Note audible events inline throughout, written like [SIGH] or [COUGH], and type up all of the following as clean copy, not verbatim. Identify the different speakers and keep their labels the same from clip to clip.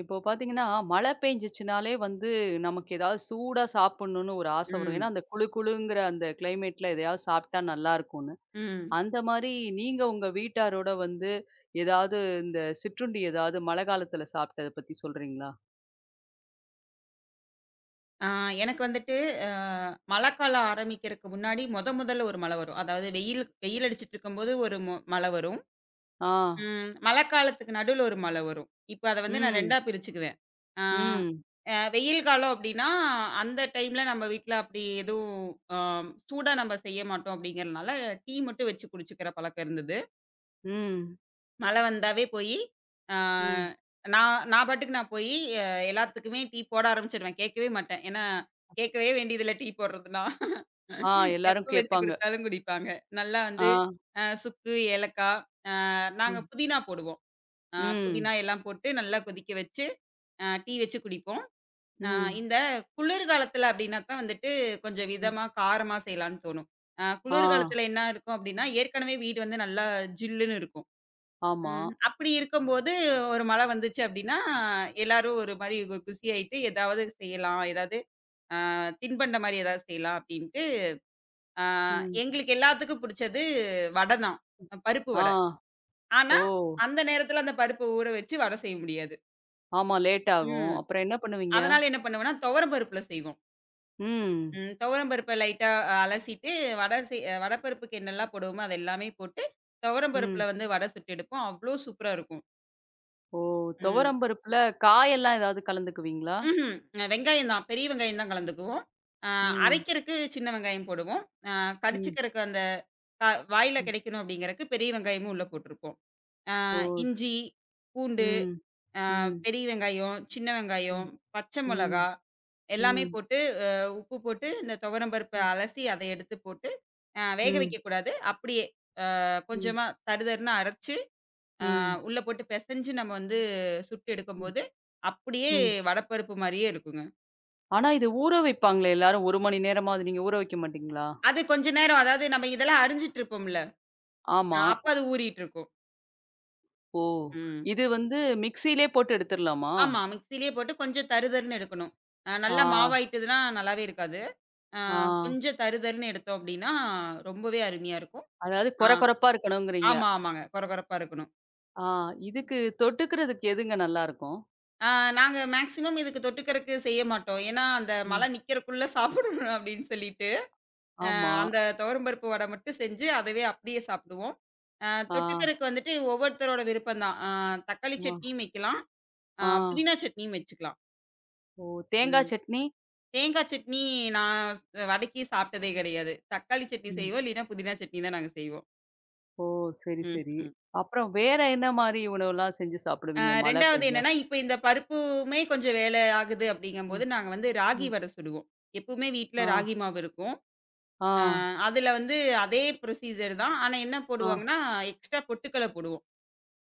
Speaker 1: இப்போ பார்த்தீங்கன்னா, மழை பெஞ்சுச்சுனாலே வந்து நமக்கு ஏதாவது சூடா சாப்பிடணும்னு ஒரு ஆசை வரும்.
Speaker 2: ம்.
Speaker 1: ஏன்னா, அந்த குளு குளுங்கிற அந்த கிளைமேட்ல எதையாவது சாப்பிட்டா நல்லாருக்கும்னு.
Speaker 2: ம்.
Speaker 1: அந்த மாரி நீங்க உங்க வீட்டாரோட வந்து ஏதாவது இந்த சிற்றுண்டி ஏதாவது மழை காலத்துல சாப்பிட்டத பத்தி சொல்றீங்களா?
Speaker 2: ஆ எனக்கு வந்துட்டு அ மழைக்காலம் ஆரம்பிக்கிறதுக்கு முன்னாடி மொதல்ல ஒரு மழை வரும். அதாவது வெயில் வெயில் அடிச்சிட்டு இருக்கும்போது ஒரு மழை வரும்.
Speaker 1: ஆ.
Speaker 2: மழைக்காலத்துக்கு நடுவுல ஒரு மழை வரும். இப்ப அத வந்து நான்
Speaker 1: ம்.
Speaker 2: 2ஆ பிரிச்சுக்குவேன். ஆ
Speaker 1: ம்.
Speaker 2: அ வெயில் காலம் அப்டின்னா, அந்த டைம்ல நம்ம வீட்ல அப்படி எதுவும் அ சூடா நம்ம செய்ய மாட்டோம் அப்படிங்கிறனால, டீ மட்டும் வச்சு குடிச்சுக்கிற பழக்கம் இருந்தது.
Speaker 1: ம்.
Speaker 2: மழை வந்தாவே போயி, ஆ
Speaker 1: ம்.
Speaker 2: நான் நான் பாட்டுக்கு நான் போயி அ எல்லாத்துக்குமே டீ போட ஆரம்பிச்சுருவேன். கேட்கவே மாட்டேன். ஏன்னா, கேட்கவே வேண்டியதில்ல டீ போடுறதுலாம்.
Speaker 1: ஆ
Speaker 2: எப்ப
Speaker 1: எல்லாரும்
Speaker 2: வச்சு
Speaker 1: கேட்பாங்க.
Speaker 2: குடுத்தாலும் குடிப்பாங்க. நல்லா வந்து
Speaker 1: ஆ.
Speaker 2: சுக்கு, ஏலக்காய் நாங்க
Speaker 1: ம்.
Speaker 2: புதினா போடுவோம்.
Speaker 1: ம்.
Speaker 2: புதினா எல்லாம் போட்டு நல்லா கொதிக்க வச்சு, டீ வச்சு குடிப்போம். அ
Speaker 1: ம்.
Speaker 2: இந்த குளிர்காலத்துல அப்படின்னா தான் வந்துட்டு கொஞ்சம்
Speaker 1: ம்.
Speaker 2: விதமா, காரமா செய்யலான்னு தோணும்.
Speaker 1: ஆ.
Speaker 2: குளிர்காலத்துல என்ன இருக்கும் அப்படின்னா, ஏற்கனவே வீடு வந்து நல்லா ஜில்லுன்னு இருக்கும்.
Speaker 1: ஆமா.
Speaker 2: ம். அப்படி இருக்கும்போது ஒரு மழை வந்துச்சு அப்படின்னா, எல்லாரும் ஒரு மாரி குஷி ஆயிட்டு, ஏதாவது செய்யலாம். ஏதாவது அ தின்பண்டம் மாரி ஏதாவது செய்யலாம் அப்படின்ட்டு, அ
Speaker 1: ம்.
Speaker 2: எங்களுக்கு எல்லாத்துக்கும் புடிச்சது வடை தான். பருப்பு
Speaker 1: ஆ.
Speaker 2: வடை. ஆனா,
Speaker 1: ஓ!
Speaker 2: அந்த நேரத்துல அந்த பருப்பு ஊற வச்சு வடை செய்ய முடியாது.
Speaker 1: ஆமா லேட் ஆகும்.
Speaker 2: ம்.
Speaker 1: அப்புறம் என்ன பண்ணுவீங்க?
Speaker 2: அதனால என்ன பண்ணுவோம்னா, துவரம் பருப்புல செய்வோம்.
Speaker 1: ம்.
Speaker 2: ம். துவரம் பருப்ப லைட்டா அலசிட்டு, வடை பருப்புக்கு என்னெல்லாம் போடுவோமோ, அது எல்லாமே போட்டு, துவரம்
Speaker 1: ம்.
Speaker 2: பருப்புல வந்து வடை சுட்டு எடுப்போம். அவ்ளோ சூப்பரா இருக்கும்.
Speaker 1: ஓ!
Speaker 2: ம்.
Speaker 1: துவரம் பருப்புல காயெல்லாம் ஏதாவது கலந்துக்குவீங்களா?
Speaker 2: ம்ஹ்ம். வெங்காயம் தான். பெரிய வெங்காயம் தான் கலந்துக்குவோம். அ
Speaker 1: ம்.
Speaker 2: அரைக்கிறக்கு சின்ன வெங்காயம் போடுவோம். அ
Speaker 1: ம்.
Speaker 2: கடிச்சுக்கிறக்கு அந்த க வாயில
Speaker 1: ம்.
Speaker 2: கிடைக்கணும் அப்படிங்கிறக்கு பெரிய வெங்காயமும் உள்ள போட்டுருப்போம். அ
Speaker 1: ஓ!
Speaker 2: இஞ்சி, பூண்டு,
Speaker 1: ம். ம்.
Speaker 2: பெரிய வெங்காயம், சின்ன வெங்காயம்,
Speaker 1: ம்.
Speaker 2: பச்சை
Speaker 1: ம்.
Speaker 2: மிளகா எல்லாமே
Speaker 1: ம்.
Speaker 2: போட்டு அ உப்பு போட்டு இந்த துவரம் பருப்ப
Speaker 1: ம்.
Speaker 2: அலசி அத எடுத்து போட்டு வேக
Speaker 1: ம்.
Speaker 2: வைக்கக்கூடாது. அப்படியே
Speaker 1: ம்.
Speaker 2: கொஞ்சமா தறுதறுன்னு அரைச்சு
Speaker 1: ம்.
Speaker 2: உள்ள போட்டு பெசஞ்சு நம்ம வந்து சுட்டு
Speaker 1: ம்.
Speaker 2: எடுக்கும்போது, அப்படியே
Speaker 1: ம்.
Speaker 2: வடப்பருப்பு மாரியே இருக்குங்க.
Speaker 1: ஆனா இது ஊற வைப்பாங்களே எல்லாரும் 1 மணி நேரமா, அது நீங்க ஊற வைக்க மாட்டீங்களா?
Speaker 2: அது கொஞ்ச நேரம் அதாவது நம்ம இதெல்லாம் அரிஞ்சிட்டு இருப்போம்ல.
Speaker 1: ஆமா.
Speaker 2: அப்ப அது ஊறிட்டு இருக்கும்.
Speaker 1: ஓ!
Speaker 2: ம்.
Speaker 1: இது வந்து மிக்ஸியிலே போட்டு எடுத்துரலாமா?
Speaker 2: ஆமா. மிக்ஸியிலயே போட்டு கொஞ்சம் தருதருன்னு எடுக்கணும்.
Speaker 1: ஆ,
Speaker 2: நல்லா மாவாயிட்டதுன்னா நல்லாவே இருக்காது. அ
Speaker 1: ஆ.
Speaker 2: கொஞ்சம் தருதருன்னு எடுத்தோம் அப்டின்னா, ரொம்பவே அருமையா இருக்கும்.
Speaker 1: அதாவது
Speaker 2: ஆ
Speaker 1: கொர கொரப்பா இருக்கணுங்கிறீங்க.
Speaker 2: ஆமா, ஆமாங்க. கொரகொரப்பா இருக்கணும்.
Speaker 1: ஆ இதுக்கு தொட்டுக்கிறதுக்கு எதுங்க நல்லாருக்கும்?
Speaker 2: ஆ நாங்க மேக்ஸிமம் இதுக்கு தொட்டுக்கறக்கு செய்ய மாட்டோம். ஏன்னா, அந்த மழை
Speaker 1: ம்.
Speaker 2: நிக்கிறக்குள்ள சாப்பிடணும் அப்டின்னு சொல்லிட்டு,
Speaker 1: ஆமா.
Speaker 2: அந்த துவரம் பருப்பு வடை மட்டும் செஞ்சு அதவே அப்டியே சாப்பிடுவோம். அ
Speaker 1: ஆ.
Speaker 2: தொட்டுக்கறக்கு வந்துட்டு ஒவ்வொருத்தரோட விருப்பம் தான். தக்காளி
Speaker 1: ஆ.
Speaker 2: சட்னியும் வைக்கலாம்.
Speaker 1: ஆ.
Speaker 2: புதினா சட்னியும் வச்சுக்கலாம்.
Speaker 1: ஓ! தேங்காய்
Speaker 2: ம்.
Speaker 1: சட்னி?
Speaker 2: தேங்கா சட்னி நான் வடக்கி சாப்பிட்டதே கிடையாது. தக்காளி சட்னி
Speaker 1: ம்.
Speaker 2: செய்வோம். இல்லைன்னா புதினா சட்னி தான் நாங்க செய்வோம்.
Speaker 1: ஓ! சரி, சரி.
Speaker 2: ம்ஹ்ம்.
Speaker 1: அப்புறம் வேற என்ன மாரி உணவுலாம் செஞ்சு சாப்பிடுவீங்க மழை
Speaker 2: 2வது
Speaker 1: பெஞ்சா?
Speaker 2: என்னன்னா, இப்ப இந்த பருப்புமே கொஞ்சம் வேலை ஆகுது அப்படிங்கும்போது,
Speaker 1: ம்,
Speaker 2: நாங்க வந்து ராகி
Speaker 1: ம்.
Speaker 2: வடை சுடுவோம். எப்பவுமே வீட்ல
Speaker 1: ஆ,
Speaker 2: ராகி மாவு இருக்கும்.
Speaker 1: ஆ,
Speaker 2: அ அதுல வந்து அதே ப்ரொசீஜர் தான். ஆனா என்ன
Speaker 1: ஆ.
Speaker 2: போடுவாங்கன்னா, எக்ஸ்ட்ரா பொட்டுக்கல்ல போடுவோம்.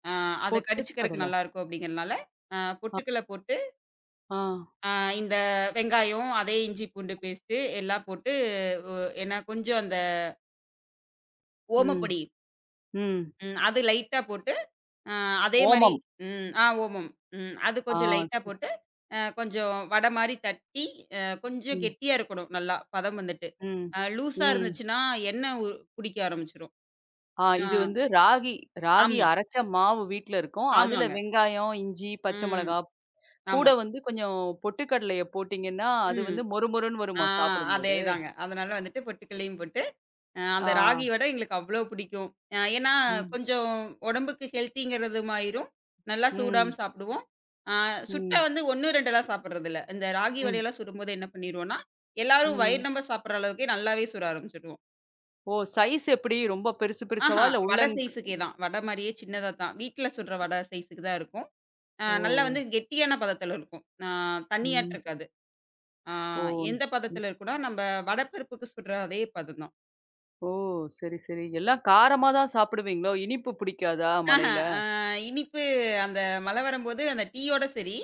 Speaker 2: அ அத கடிச்சுக்கிறதுக்கு
Speaker 1: பொட்டுக்கடலை.
Speaker 2: நல்லாருக்கும் அப்படிங்கிறனால,
Speaker 1: அ,
Speaker 2: பொட்டுக்கல்ல போட்டு,
Speaker 1: ஆ.
Speaker 2: அ இந்த வெங்காயம், அதே இஞ்சி பூண்டு பேஸ்ட்டு எல்லாம் போட்டு, ஒ ஏன்னா கொஞ்சம் அந்த
Speaker 1: ம்,
Speaker 2: ஓமப்பொடி
Speaker 1: ம்.
Speaker 2: ம். அது லைட்டா போட்டு, அ அதே மாரி
Speaker 1: ஓமம்.
Speaker 2: ம். ஓமம். ம். அது
Speaker 1: ஆ.
Speaker 2: கொஞ்சம் லைட்டா
Speaker 1: சரி.
Speaker 2: போட்டு, கொஞ்சம் வடை மாரி தட்டி, கொஞ்சம்
Speaker 1: ம்,
Speaker 2: கெட்டியா இருக்கணும் நல்லா, பதம் வந்துட்டு.
Speaker 1: ம்,
Speaker 2: லூஸா
Speaker 1: ம்.
Speaker 2: இருந்துச்சுன்னா, எண்ணெய் குடிக்க ஆரம்பிச்சுரும்.
Speaker 1: ஆ
Speaker 2: ஆ.
Speaker 1: இது வந்து ராகி ராகி
Speaker 2: ஆமா.
Speaker 1: அரைச்ச மாவு வீட்ல இருக்கும். அதுல
Speaker 2: ஆமாங்க.
Speaker 1: வெங்காயம், இஞ்சி, பச்சை
Speaker 2: ம்.
Speaker 1: மிளகா கூட
Speaker 2: ஆமா.
Speaker 1: வந்து கொஞ்சம் பொட்டுக்கடலைய போட்டீங்கன்னா, அது
Speaker 2: ம்.
Speaker 1: வந்து மொறு மொறுன்னு
Speaker 2: ஆ
Speaker 1: வருமாம் சாப்பிடும்போது.
Speaker 2: அதேதாங்க. அதனால வந்துட்டு பொட்டுக்கல்லையும் போட்டு
Speaker 1: ஆ.
Speaker 2: அந்த ராகி வடை எங்களுக்கு அவ்ளோ பிடிக்கும். ஏன்னா
Speaker 1: ம்,
Speaker 2: கொஞ்சம் உடம்புக்கு ஹெல்த்திங்கிறதுமாயிரும். நல்லா
Speaker 1: ம்,
Speaker 2: சூடாவும் சாப்பிடுவோம். அ சுட்டா
Speaker 1: ம்,
Speaker 2: வந்து 1, 2லாம் சாப்பிடுறதில்ல. இந்த ராகி
Speaker 1: ம்,
Speaker 2: வடையெல்லாம் சுடும்போது என்ன பண்ணிருவோம்னா, எல்லாரும்
Speaker 1: ம்.
Speaker 2: வயிறு நெம்ப சாப்பிடுற அளவுக்கே நல்லாவே சுட ஆரம்பிச்சுடுவோம்.
Speaker 1: ஓ! சைஸ் எப்படி? ரொம்ப பெருசு
Speaker 2: ஆஹா!
Speaker 1: பெருசாவா? இல்ல
Speaker 2: வடை
Speaker 1: உள்ளங்
Speaker 2: சைஸுக்கே தான். வடை மாரியே சின்னதா தான். வீட்ல சுடுற வடை சைஸுக்கு தான் இருக்கும்.
Speaker 1: ஓ!
Speaker 2: நல்லா வந்து கெட்டியான பதத்துல இருக்கும். தண்ணியாட்ட
Speaker 1: ம்.
Speaker 2: இருக்காது. அ
Speaker 1: ஓ!
Speaker 2: எந்த பதத்துல இருக்கும்னா, நம்ப வடை பருப்புக்கு சுடுற அதே பதம் தான்.
Speaker 1: ஓ! சரி, சரி. எல்லாம் காரமா தான் சாப்பிடுவீங்களோ? இனிப்பு பிடிக்காதா
Speaker 2: ஆஹா.
Speaker 1: மலையில?
Speaker 2: அ இனிப்பு அந்த மழை வரும்போது அந்த டீயோட சரி,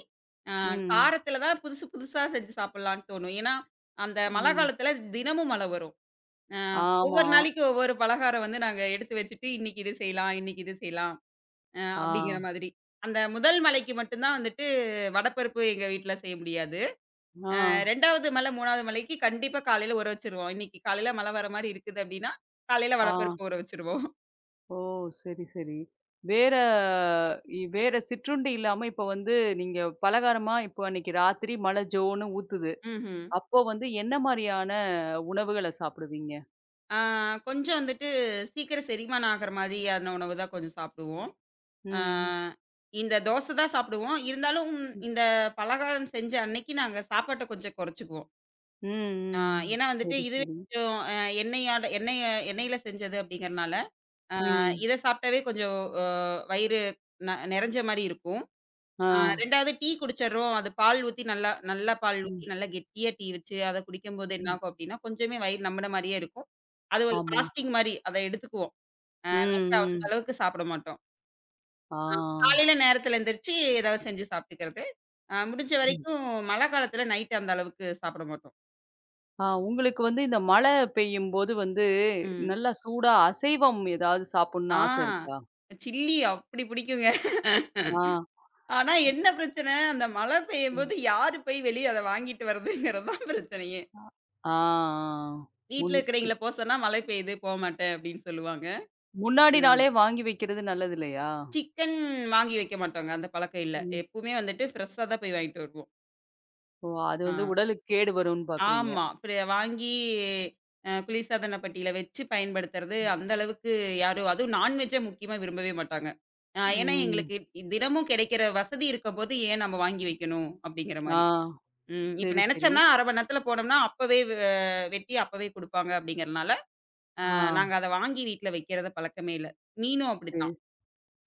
Speaker 2: அ
Speaker 1: ம்.
Speaker 2: காரத்தில தான் புதுசு புதுசா செஞ்சு சாப்பிடலான்னு தோணும். ஏன்னா, அந்த மழை
Speaker 1: ம்.
Speaker 2: காலத்தில தினமும் மழை வரும். அ
Speaker 1: ஆமா.
Speaker 2: ஒவ்வொரு நாளைக்கு ஒவ்வொரு பலகாரம் வந்து நாங்க எடுத்து வச்சுட்டு, இன்னைக்கு இது செய்யலாம், இன்னைக்கு இது செய்யலாம்
Speaker 1: ஆ.
Speaker 2: அப்படிங்கிற மாதிரி. அந்த முதல் மழைக்கு மட்டும் தான் வந்துட்டு வடப்பருப்பு எங்க வீட்ல செய்ய முடியாது.
Speaker 1: ஆ.
Speaker 2: 2வது மழை, 3வது மழைக்கு கண்டிப்பா காலையில ஊற வச்சுருவோம். இன்னைக்கு காலையில மழை வர மாரி இருக்குது அப்படின்னா, காலையில
Speaker 1: ஆ.
Speaker 2: வடப்பருப்பு ஊற வச்சுருவோம்.
Speaker 1: ஓ! சரி, சரி. வேற இ வேற சிற்றுண்டி இல்லாம இப்ப வந்து நீங்க பலகாரமா இப்போ அன்னைக்கு ராத்திரி மழை ஜோன்னு ஊத்துது.
Speaker 2: ம்ஹ்ம்.
Speaker 1: அப்போ வந்து என்ன மாரியான உணவுகள சாப்பிடுவீங்க?
Speaker 2: ஆ கொஞ்சம் வந்துட்டு சீக்கிரம் செரிமானம் ஆகுற மாதிரியான உணவு தான் கொஞ்சம் சாப்பிடுவோம். ஆ
Speaker 1: ம்.
Speaker 2: இந்த தோசை தான் சாப்பிடுவோம். இருந்தாலும்
Speaker 1: ம்.
Speaker 2: இந்த பலகாரம் செஞ்ச அன்னைக்கு நாங்க சாப்பாட்ட கொஞ்சம் குறைச்சுக்குவோம்.
Speaker 1: ம்.
Speaker 2: ஆ
Speaker 1: ம்.
Speaker 2: ஏன்னா வந்துட்டு
Speaker 1: சரி,
Speaker 2: இதுவே
Speaker 1: சரி.
Speaker 2: கொஞ்சம் எண்ணெயால எண்ணெய எண்ணெயில செஞ்சது அப்படிங்கிறனால, ஆ
Speaker 1: ம்.
Speaker 2: இத சாப்பிட்டாவே கொஞ்சம் வயிறு நெறஞ்ச மாரி இருக்கும்.
Speaker 1: ஆ.
Speaker 2: 2வது டீ குடிச்சர்றோம். அது பால் ஊத்தி நல்லா நல்லா பால் ஊத்தி
Speaker 1: ம்.
Speaker 2: நல்லா கெட்டியா டீ வச்சு அத குடிக்கும்போது என்ன
Speaker 1: ம்.
Speaker 2: ஆகும் அப்படின்னா, கொஞ்சமே வயிறு நம்பின மாரியே இருக்கும். அது ஒரு
Speaker 1: ஆமா.
Speaker 2: ஃபாஸ்டிங் மாரி. அத எடுத்துக்குவோம்.
Speaker 1: ம்,
Speaker 2: நைட்டு அந்த
Speaker 1: ம்.
Speaker 2: அளவுக்கு சாப்பிட மாட்டோம்.
Speaker 1: ஆ.
Speaker 2: காலையில நேரத்துல எந்திரிச்சு ஏதாவது செஞ்சு சாப்பிட்டுக்கிறது. முடிஞ்ச
Speaker 1: ம்.
Speaker 2: வரைக்கும் மழை காலத்துல நைட் அந்த அளவுக்கு சாப்பிட மாட்டோம்.
Speaker 1: ஆ உங்களுக்கு வந்து இந்த மழை பெய்யும்போது வந்து,
Speaker 2: ம்.
Speaker 1: நல்லா சூடா அசைவம் ஏதாவது
Speaker 2: ஆ
Speaker 1: சாப்புட்ணும்னு ஆச இருக்கா?
Speaker 2: சில்லி அப்படி பிடிக்குங்க.
Speaker 1: ஆ.
Speaker 2: ஆனா
Speaker 1: இ
Speaker 2: என்ன பிரச்சனை, அந்த மழை
Speaker 1: ம்.
Speaker 2: பெய்யும்போது யாரு போய் வெளிய அத வாங்கிட்டு வர்றதுங்கிறது தான் பிரச்சனையே.
Speaker 1: ஆ, ஆ.
Speaker 2: வீட்ல
Speaker 1: முன்
Speaker 2: இருக்கிறவைங்கள போ சொன்னா மழை பெய்யுது போமாட்டேன் அப்படின்னு சொல்லுவாங்க.
Speaker 1: முன்னாடி
Speaker 2: ம்.
Speaker 1: நாளே வாங்கி வைக்கிறது நல்லது இல்லையா?
Speaker 2: சிக்கன் வாங்கி வைக்க மாட்டோங்க. அந்த பழக்கம் இல்ல.
Speaker 1: ம்.
Speaker 2: எப்பவுமே வந்துட்டு ஃப்ரெஷ்ஷா தான் போய் வாங்கிட்டு வருவோம்.
Speaker 1: ஓ! அது
Speaker 2: ஆ.
Speaker 1: வந்து உடலுக்கு கேடு வரும்னு பார்க்குறீங்க.
Speaker 2: ஆமா. அப்புறம் வாங்கி குளிர்சாதன பெட்டியில வச்சு பயன்படுத்துறது, அந்த அளவுக்கு யாரும் அதுவும் நான்வெஜ்ஜ முக்கியமா விரும்பவே மாட்டாங்க. ஏன்னா
Speaker 1: ம்.
Speaker 2: எங்களுக்கு தினமும் கிடைக்கிற வசதி இருக்கும்போது, ஏன் நம்ம வாங்கி வைக்கணும்? அப்படிங்கிற
Speaker 1: ஆ.
Speaker 2: மாரி. ம். இப்ப
Speaker 1: சரி, சரி.
Speaker 2: நெனைச்சோம்னா 1/2 மணி நேரத்தில போனோம்னா, அப்பவே வெட்டி அப்பவே குடுப்பாங்க அப்படிங்கிறனால,
Speaker 1: ஆ.
Speaker 2: நாங்க அத வாங்கி வீட்ல வைக்கிறது பழக்கமே இல்ல. மீனும்
Speaker 1: சரி,
Speaker 2: அப்படித்தான்.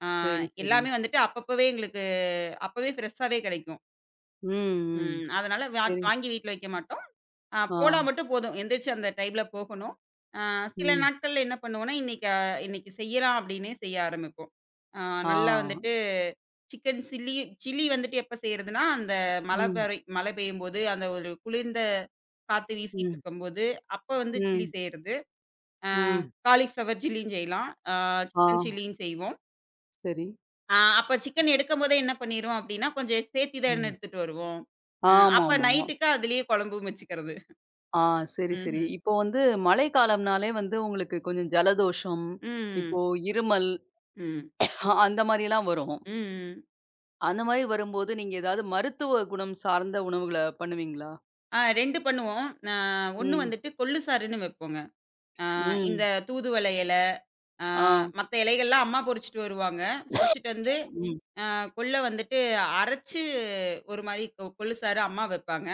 Speaker 2: அ
Speaker 1: சரி, சரி.
Speaker 2: எல்லாமே வந்துட்டு அப்பப்பவே எங்களுக்கு அப்பவே ஃப்ரெஷ்ஷாவே கெடைக்கும்.
Speaker 1: ம், ம்.
Speaker 2: ம். அதனால
Speaker 1: சரி.
Speaker 2: வாங்கி வீட்ல வைக்க மாட்டோம்.
Speaker 1: ஆ.
Speaker 2: போனா மட்டும் போதும். எந்திரிச்சு அந்த டைம்ல போகணும். ஆ சில
Speaker 1: ம்.
Speaker 2: நாட்கள்ல என்ன பண்ணுவோம்னா, இன்னைக்கு செய்யலாம் அப்படின்னே செய்ய ஆரம்பிப்போம். ஆ
Speaker 1: ஆ.
Speaker 2: நல்லா வந்துட்டு சிக்கன் சில்லி சில்லி வந்துட்டு எப்ப செய்றதுன்னா, அந்த
Speaker 1: ம்,
Speaker 2: மழை பெய்யும்போது, அந்த ஒரு குளிர்ந்த காத்து வீசிட்டு
Speaker 1: ம்,
Speaker 2: இருக்கும்போது, அப்ப வந்து சில்லி
Speaker 1: ம்,
Speaker 2: செய்றது. ஆ
Speaker 1: ம்.
Speaker 2: காலிஃப்ளவர் சில்லியும் செய்யலாம்.
Speaker 1: ஆ,
Speaker 2: சிக்கன் சில்லியும் செய்வோம்.
Speaker 1: சரி.
Speaker 2: அப்ப சிக்கன் எடுக்கும்போதே என்ன பண்ணிருவோம் அப்படின்னா, கொஞ்சம் சேர்த்தி தான
Speaker 1: ம்.
Speaker 2: எடுத்துட்டு வருவோம். அ அப்ப
Speaker 1: ஆமாமா.
Speaker 2: நைட்டுக்கு அதிலேயே குழம்பும் வச்சுக்கிறது.
Speaker 1: ஆ சரி, சரி.
Speaker 2: ம்ஹ்ம்.
Speaker 1: இப்போ வந்து மழைக்காலம்னாலே வந்து உங்களுக்கு கொஞ்சம் ஜலதோஷம்,
Speaker 2: ம்.
Speaker 1: இப்போ இருமல்
Speaker 2: ம்.
Speaker 1: அந்த மாரிலாம் வரும்.
Speaker 2: ம்.
Speaker 1: அந்த மாரி வரும்போது நீங்க ஏதாவது மருத்துவ குணம் சார்ந்த உணவுகள பண்ணுவீங்களா?
Speaker 2: 2 பண்ணுவோம். ஆ 1
Speaker 1: ம்.
Speaker 2: வந்துட்டு கொள்ளு சாறுன்னு வைப்போங்க. ஆ இந்த
Speaker 1: ம்.
Speaker 2: தூதுவளை இலை, ஆ
Speaker 1: ஆ.
Speaker 2: மத்த இலைகள்லாம் அம்மா பொறிச்சுட்டு வருவாங்க. பொறிச்சுட்டு வந்து
Speaker 1: ம்.
Speaker 2: கொள்ள வந்துட்டு அரைச்சு ஒரு மாரி கொள்ளு சாறு அம்மா வைப்பாங்க.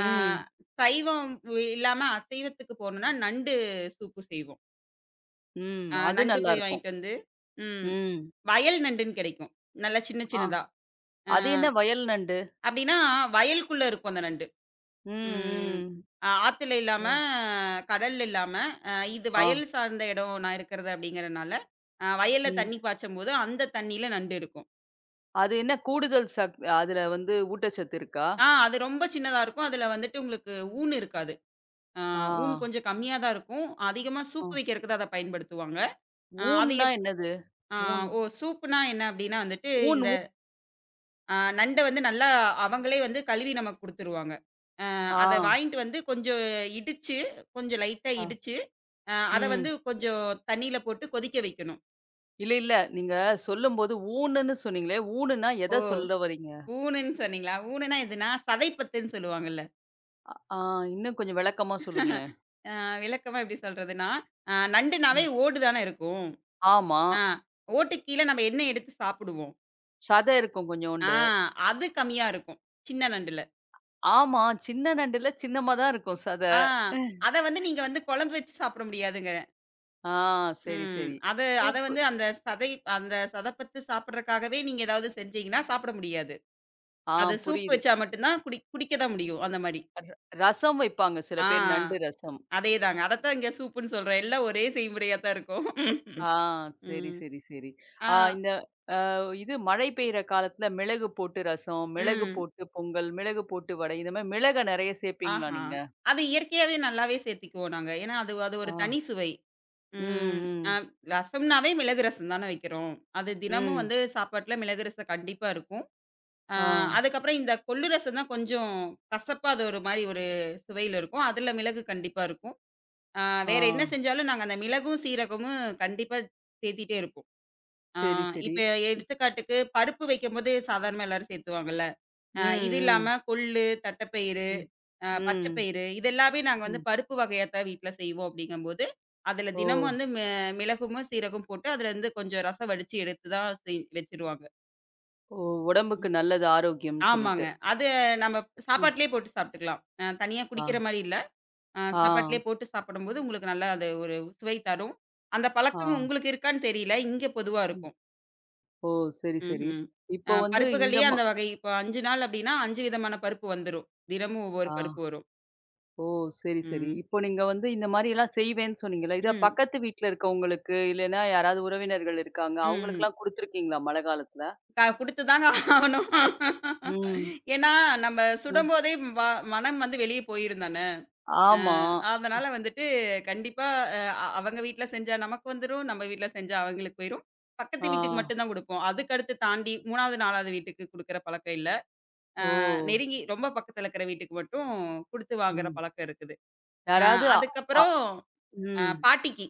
Speaker 2: ஆ சைவம் இல்லாம அசைவத்துக்கு போனோம்னா நண்டு சூப்பு செய்வோம்.
Speaker 1: ம். அது
Speaker 2: நண்டு போய்
Speaker 1: நல்லாருக்கும்.
Speaker 2: வாங்கிட்டு வந்து ம்.
Speaker 1: ம்.
Speaker 2: வயல் நண்டுன்னு கிடைக்கும். நல்லா சின்ன
Speaker 1: ஆ
Speaker 2: சின்னதா. ஆ
Speaker 1: அது என்ன வயல் நண்டு?
Speaker 2: அப்படின்னா வயலுக்குள்ள இருக்கும் அந்த நண்டு. ம்.
Speaker 1: ம், ம்.
Speaker 2: ஆத்துல இல்லாம,
Speaker 1: ஓ!
Speaker 2: கடல்ல இல்லாம, அ இது
Speaker 1: ஆ.
Speaker 2: வயல் சார்ந்த இடம் நான் இருக்கிறது அப்படிங்கிறனால, வயல்ல
Speaker 1: ம்.
Speaker 2: தண்ணி பாய்ச்சும்போது, அந்த தண்ணியில நண்டு இருக்கும்.
Speaker 1: அது என்ன கூடுதல் சக் அதுல வந்து ஊட்டச்சத்து இருக்கா?
Speaker 2: அது ரொம்ப சின்னதா இருக்கும். அதுல வந்துட்டு உங்களுக்கு ஊன் இருக்காது. அ
Speaker 1: ஆ.
Speaker 2: ஊன் கொஞ்சம் கம்மியா தான் இருக்கும். அதிகமா
Speaker 1: அ
Speaker 2: சூப் வைக்கிறதுக்கு தான் அத பயன்படுத்துவாங்க. அ அது
Speaker 1: ஊன்ன்னா
Speaker 2: எப்
Speaker 1: என்னது?
Speaker 2: அ
Speaker 1: ஊன்
Speaker 2: ஓ! சூப்னா என்ன அப்படின்னா வந்துட்டு,
Speaker 1: ஊன்
Speaker 2: இந்த
Speaker 1: ஊ
Speaker 2: நண்ட வந்து நல்லா அவங்களே வந்து கழுவி நமக்கு குடுத்துருவாங்க. அத
Speaker 1: ஆ,
Speaker 2: வாங்கிட்டு வந்து கொஞ்சம் இடிச்சு, கொஞ்சம் லைட்டா
Speaker 1: ஆ.
Speaker 2: இடிச்சு அத
Speaker 1: ம்.
Speaker 2: வந்து கொஞ்சம் தண்ணீல போட்டு கொதிக்க வைக்கணும்.
Speaker 1: இல்ல, இல்ல. நீங்க சொல்லும்போது ஊனுன்னு சொன்னீங்களே, ஊனுன்னா
Speaker 2: ஓ!
Speaker 1: எத சொல்ல வர்றீங்க?
Speaker 2: ஊணுன்னு சொன்னீங்களா? ஊணுன்னா எதுனா, சதைப்பத்துன்னு சொல்லுவாங்கல்ல.
Speaker 1: அ ஆ இன்னும் கொஞ்சம் விளக்கமா சொல்லுங்களேன்.
Speaker 2: அ விளக்கமா எப்படி சொல்றதுன்னா, நண்டுனாவே
Speaker 1: ம்.
Speaker 2: ஓடு தானே இருக்கும்.
Speaker 1: ஆமா.
Speaker 2: ஆ ஓட்டுக்கு கீழ நம்ம என்ன எடுத்து சாப்பிடுவோம்.
Speaker 1: சத இருக்கும்
Speaker 2: ஆ
Speaker 1: கொஞ்சோண்டு.
Speaker 2: அது கம்மியா இருக்கும். சின்ன நண்டுல.
Speaker 1: ஆமா, சின்ன நண்டுல சின்னமா தான் இருக்கும் சத.
Speaker 2: ஆ அத வந்து நீங்க வந்து குழம்பு வச்சு சாப்பிட முடியாதுங்க.
Speaker 1: ஆ சரி,
Speaker 2: ம்.
Speaker 1: சரி.
Speaker 2: அத அத
Speaker 1: சூப்பு.
Speaker 2: வந்து அந்த சதை அந்த சதைப்பத்து சாப்பிடுறக்காகவே நீங்க ஏதாவது செஞ்சீங்கன்னா சாப்பிட முடியாது.
Speaker 1: ஆ
Speaker 2: அத சூப்
Speaker 1: புரியுது.
Speaker 2: வச்சா மட்டும் தான் குடிக்க தான் முடியும். அந்த மாரி.
Speaker 1: ரசம் வைப்பாங்க சில
Speaker 2: ஆ.
Speaker 1: பேர் நண்டு ரசம்.
Speaker 2: அதேதாங்க. அதத்தான் இங்க சூப்புன்னு சொல்றேன். எல்லாம் ஒரே செய்முறையா தான் இருக்கும்.
Speaker 1: ஆ சரி,
Speaker 2: ம்.
Speaker 1: சரி, சரி.
Speaker 2: ஆ.
Speaker 1: ஆ இந்த இது மழை பெய்ற காலத்துல மிளகு போட்டு ரசம், மிளகு
Speaker 2: ம்.
Speaker 1: போட்டு பொங்கல், மிளகு போட்டு வடை, இந்த மாரி மிளக நெறைய சேப்பீங்களா
Speaker 2: ஆஹா!
Speaker 1: நீங்க?
Speaker 2: அது இயற்கையாவே நல்லாவே சேர்த்துக்குவோம் நாங்க. ஏன்னா, அது அது ஒரு
Speaker 1: ஆ.
Speaker 2: தனி சுவை.
Speaker 1: ம்,
Speaker 2: ம். அ
Speaker 1: ம்,
Speaker 2: ரசம்னாவே மிளகு ரசம் தானே வைக்கிறோம். அது தினமும்
Speaker 1: ம்.
Speaker 2: வந்து சாப்பாட்டுல மிளகு ரசம் கண்டிப்பா இருக்கும். ஆ
Speaker 1: ஆ,
Speaker 2: அதுக்கப்புறம் இந்த கொள்ளு ரசம் தான் கொஞ்சம் கசப்பா அது ஒரு மாரி ஒரு சுவையில இருக்கும். அதுல மிளகு கண்டிப்பா இருக்கும். ஆ
Speaker 1: ஆ.
Speaker 2: வேற என்ன செஞ்சாலும் நாங்க அந்த மிளகும், சீரகமும் கண்டிப்பா சேர்த்திட்டே இருப்போம். ஆ
Speaker 1: சரி, சரி.
Speaker 2: இப்ப எடுத்துக்காட்டுக்கு பருப்பு வைக்கும்போது சாதாரணமா எல்லாரும் சேர்த்துவாங்கல்ல.
Speaker 1: ம்,
Speaker 2: இது
Speaker 1: ம்,
Speaker 2: இல்லாம கொள்ளு, தட்டப்பயிறு,
Speaker 1: ம், ம்,
Speaker 2: பச்சப்பயிறு இது எல்லாமே நாங்க வந்து
Speaker 1: ம்.
Speaker 2: பருப்பு வகையா தான் வீட்ல செய்வோம் அப்படிங்கும்போது, அதுல
Speaker 1: ஓ!
Speaker 2: தினமும் வந்து மிளகும், சீரகம் போட்டு அதுல இருந்து கொஞ்சம் ரசம் வடிச்சு எடுத்து தான் செய் வச்சுருவாங்க.
Speaker 1: ஓ! உடம்புக்கு
Speaker 2: ம்.
Speaker 1: நல்லது ஆரோக்கியம்னு
Speaker 2: ஆமாங்க.
Speaker 1: சொல்லிட்டு.
Speaker 2: அது நம்ம
Speaker 1: ம்.
Speaker 2: சாப்பாட்டிலேயே போட்டு சாப்பிட்டுக்கலாம். தனியா
Speaker 1: ஆ,
Speaker 2: குடிக்கிற மாரி இல்ல.
Speaker 1: ஆ,
Speaker 2: சாப்பாட்டிலேயே போட்டு சாப்பிடும்போது உங்களுக்கு நல்லா அது ஒரு சுவை தரும். அந்த
Speaker 1: ஆ.
Speaker 2: பழக்கம் உங்களுக்கு இருக்கான்னு தெரியல. இங்க பொதுவா
Speaker 1: ம்.
Speaker 2: இருக்கும்.
Speaker 1: ஓ! சரி, சரி.
Speaker 2: ம்ஹ்ம்.
Speaker 1: இப்போ வந்து இந்த
Speaker 2: பருப்புகள்லயே
Speaker 1: மா
Speaker 2: அந்த வகை இப்போ 5 நாள் அப்டின்னா, 5 விதமான பருப்பு வந்துரும். தினமும் ஒவ்வொரு
Speaker 1: ஆ.
Speaker 2: பருப்பு வரும்.
Speaker 1: ஓ! சரி, சரி.
Speaker 2: ம்.
Speaker 1: இப்போ நீங்க வந்து இந்த மாரியெல்லாம் செய்வேன்னு சொன்னீங்கல்ல. இத
Speaker 2: ம்.
Speaker 1: பக்கத்து வீட்ல இருக்கவங்களுக்கு, இல்லன்னா யாராவது உறவினர்கள் இருக்காங்க.
Speaker 2: ம்.
Speaker 1: அவங்களுக்கெல்லாம் குடுத்துருக்கீங்களா மழை காலத்துல?
Speaker 2: குடுத்து தாங்க ஆவணும்.
Speaker 1: ம்.
Speaker 2: ஏன்னா, நம்ம
Speaker 1: அ.
Speaker 2: சுடும்போதே வ மனம் வந்து வெளிய போயிரும் தானே. அ
Speaker 1: ஆமா.
Speaker 2: அதனால வந்துட்டு கண்டிப்பா அ அ அவங்க வீட்ல செஞ்சா நமக்கு வந்துரும். நம்ம வீட்ல செஞ்சா அவங்களுக்கு போயிரும். பக்கத்து
Speaker 1: ஆ.
Speaker 2: வீட்டுக்கு மட்டும் தான் குடுப்போம். அதுக்கு அடுத்து தாண்டி 3வது, 4வது வீட்டுக்கு குடுக்குற பழக்கம் இல்ல.
Speaker 1: ஓ!
Speaker 2: நெருங்கி ரொம்ப பக்கத்துல இருக்கிற வீட்டுக்கு மட்டும் குடுத்து வாங்குற
Speaker 1: ம்.
Speaker 2: பழக்கம் இருக்குது. அ
Speaker 1: யாராவது அ அ
Speaker 2: அதுக்கப்புறம்
Speaker 1: ம்.
Speaker 2: பாட்டிக்கு.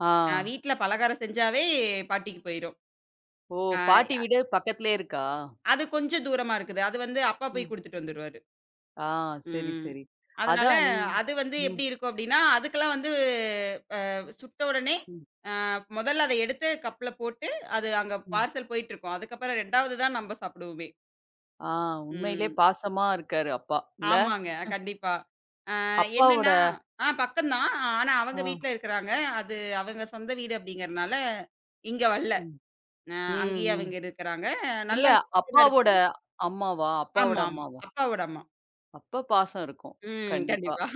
Speaker 1: ஆ.
Speaker 2: வீட்ல பலகாரம் செஞ்சாவே பாட்டிக்கு போயிரும்.
Speaker 1: ஓ!
Speaker 2: ஆ
Speaker 1: பாட்டி வீடு பக்கத்திலே இருக்கா?
Speaker 2: அது கொஞ்சம் தூரமா இருக்குது. அது வந்து அப்பா போய்
Speaker 1: ம்.
Speaker 2: குடுத்துட்டு வந்துருவாரு.
Speaker 1: ஆ சரி,
Speaker 2: ம்.
Speaker 1: சரி.
Speaker 2: அதனால
Speaker 1: அதான் நீங்
Speaker 2: அது வந்து
Speaker 1: ம்,
Speaker 2: எப்படி இருக்கும் அப்படின்னா, அதுக்கெல்லாம் வந்து அ சுட்ட உடனே
Speaker 1: ம்,
Speaker 2: முதல்ல அத எடுத்து கப்ல போட்டு, அது அங்க
Speaker 1: ம்.
Speaker 2: பார்சல் போயிட்டுருக்கும். அதுக்கப்புறம் 2வது தான் நம்ப சாப்பிடுவோமே.
Speaker 1: ஆ உண்மையிலே
Speaker 2: ம்.
Speaker 1: பாசமா இருக்காரு அப்பா. இல்ல?
Speaker 2: ஆமாங்க. கண்டிப்பா. அ
Speaker 1: அப்பாவோட
Speaker 2: என்னன்னா பக்கம் தான். ஆனா
Speaker 1: ஆ.
Speaker 2: அவங்க வீட்ல இருக்கிறாங்க. அது அவங்க சொந்த வீடு அப்படிங்கிறனால, இங்க வரல.
Speaker 1: ம்.
Speaker 2: அ
Speaker 1: ம்,
Speaker 2: அங்கேயே
Speaker 1: ம்.
Speaker 2: அவங்க இருக்கிறாங்க.
Speaker 1: இல்ல
Speaker 2: நல்லா [LAUGHS] ஹெல்த்தியா தான்
Speaker 1: அப்பாவோட
Speaker 2: இருப்பாங்க.
Speaker 1: அம்மாவா? அப்பாவோட
Speaker 2: ஆமா, ஆமா.
Speaker 1: அம்மாவா?
Speaker 2: அப்பாவோட அம்மா.
Speaker 1: அப்ப பாசம் இருக்கும்.
Speaker 2: ம்.
Speaker 1: கண்டிப்பா.
Speaker 2: கண்டிப்பா.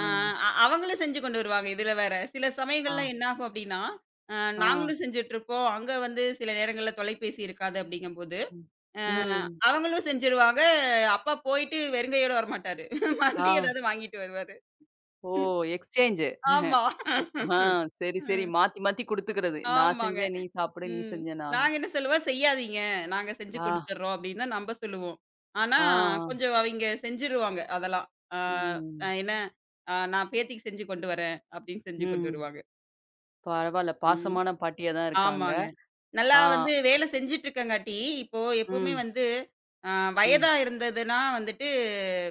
Speaker 2: ஆ அ அவங்களும் செஞ்சு கொண்டு வருவாங்க. இதுல வேற. சில
Speaker 1: ஆ,
Speaker 2: சமயங்கள்ல என்ன ஆகும் அப்டின்னா, அ
Speaker 1: ஆ.
Speaker 2: நாங்களும் செஞ்சுட்டுருப்போம். அங்க வந்து சில நேரங்கள்ல தொலைபேசி இருக்காது அப்டிங்கும்போது,
Speaker 1: ம்.
Speaker 2: அ
Speaker 1: ம்.
Speaker 2: அவங்களும் செஞ்சுருவாங்க. அப்பா போயிட்டு வெறுங்கையோட வரமாட்டாரு.
Speaker 1: ஆ.
Speaker 2: [LAUGHS] மறுபடியும் ஏதாவது வாங்கிட்டு வருவாரு.
Speaker 1: ஓ! எக்ஸ்சேஞ்சு.
Speaker 2: ஆமா.
Speaker 1: [LAUGHS] ஆ
Speaker 2: [LAUGHS]
Speaker 1: சரி, சரி.
Speaker 2: ம்.
Speaker 1: மாத்தி மாத்தி குடுத்துக்கிறது. நான்
Speaker 2: ஆமாங்க.
Speaker 1: செஞ்சேன் நீ சாப்பிடு, நீ
Speaker 2: ம்.
Speaker 1: செஞ்ச நான்
Speaker 2: நாங்க என்ன சொல்லுவோம், "செய்யாதீங்க. நாங்க செஞ்சு
Speaker 1: ஆ,
Speaker 2: குடுத்துர்றோம்" அப்படின்னு தான் நம்ப சொல்லுவோம். ஆனா,
Speaker 1: ஆ,
Speaker 2: கொஞ்சம் அவிங்க செஞ்சுருவாங்க அதெல்லாம். ஆ அ
Speaker 1: ம்,
Speaker 2: என்ன, நான் பேத்திக்கு செஞ்சு கொண்டு வரேன்" அப்படின்னு செஞ்சு கொண்டு
Speaker 1: ம்.
Speaker 2: வருவாங்க.
Speaker 1: பரவால்ல.
Speaker 2: ம்.
Speaker 1: பாசமான பாட்டியா தான் இருக்காங்க.
Speaker 2: ஆமாங்க. நல்லா
Speaker 1: ஆ,
Speaker 2: வந்து வேலை செஞ்சுட்டுருக்கங்காட்டி, இப்போ எப்பவுமே
Speaker 1: ம்,
Speaker 2: வந்து அ
Speaker 1: ம்,
Speaker 2: வயதா இருந்ததுன்னா வந்துட்டு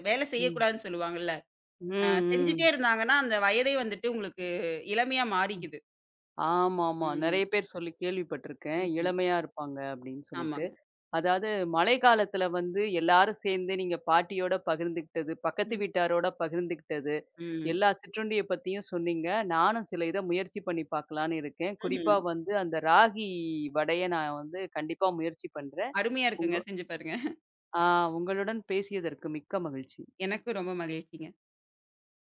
Speaker 2: வேலை
Speaker 1: ம்,
Speaker 2: செய்யக்கூடாதுன்னு சொல்லுவாங்கல்ல.
Speaker 1: ம்,
Speaker 2: செஞ்சுட்டே
Speaker 1: ம்.
Speaker 2: இருந்தாங்கன்னா, அந்த வயதே வந்துட்டு உங்களுக்கு இளமையா மாறிக்குது.
Speaker 1: ஆமாமா. நெறைய
Speaker 2: ம்.
Speaker 1: பேர் சொல்லி கேள்விப்பட்டுருக்கேன்.
Speaker 2: ம்ஹ்ம்.
Speaker 1: இளமையா இருப்பாங்க அப்படின்னு சொல்லிட்டு.
Speaker 2: ஆமாங்க.
Speaker 1: அதாவது மழை காலத்துல வந்து எல்லாரும் சேர்ந்து நீங்க பாட்டியோட பகிர்ந்துக்கிட்டது, பக்கத்து
Speaker 2: ம்.
Speaker 1: வீட்டாரோட பகிர்ந்துக்கிட்டது,
Speaker 2: ம்.
Speaker 1: எல்லா சிற்றுண்டிய பத்தியும் சொன்னீங்க. நானும் சில இத முயற்சி பண்ணி பார்க்கலான்னு இருக்கேன்.
Speaker 2: ம்ஹ்ம்.
Speaker 1: குறிப்பா வந்து அந்த ராகி வடைய நான் வந்து கண்டிப்பா முயற்சி பண்றேன்.
Speaker 2: அருமையா
Speaker 1: உங்க
Speaker 2: இருக்குங்க. செஞ்சு பாருங்க.
Speaker 1: ஆ உங்களுடன் பேசியதற்கு மிக்க மகிழ்ச்சி.
Speaker 2: எனக்கும் ரொம்ப மகிழ்ச்சிங்க.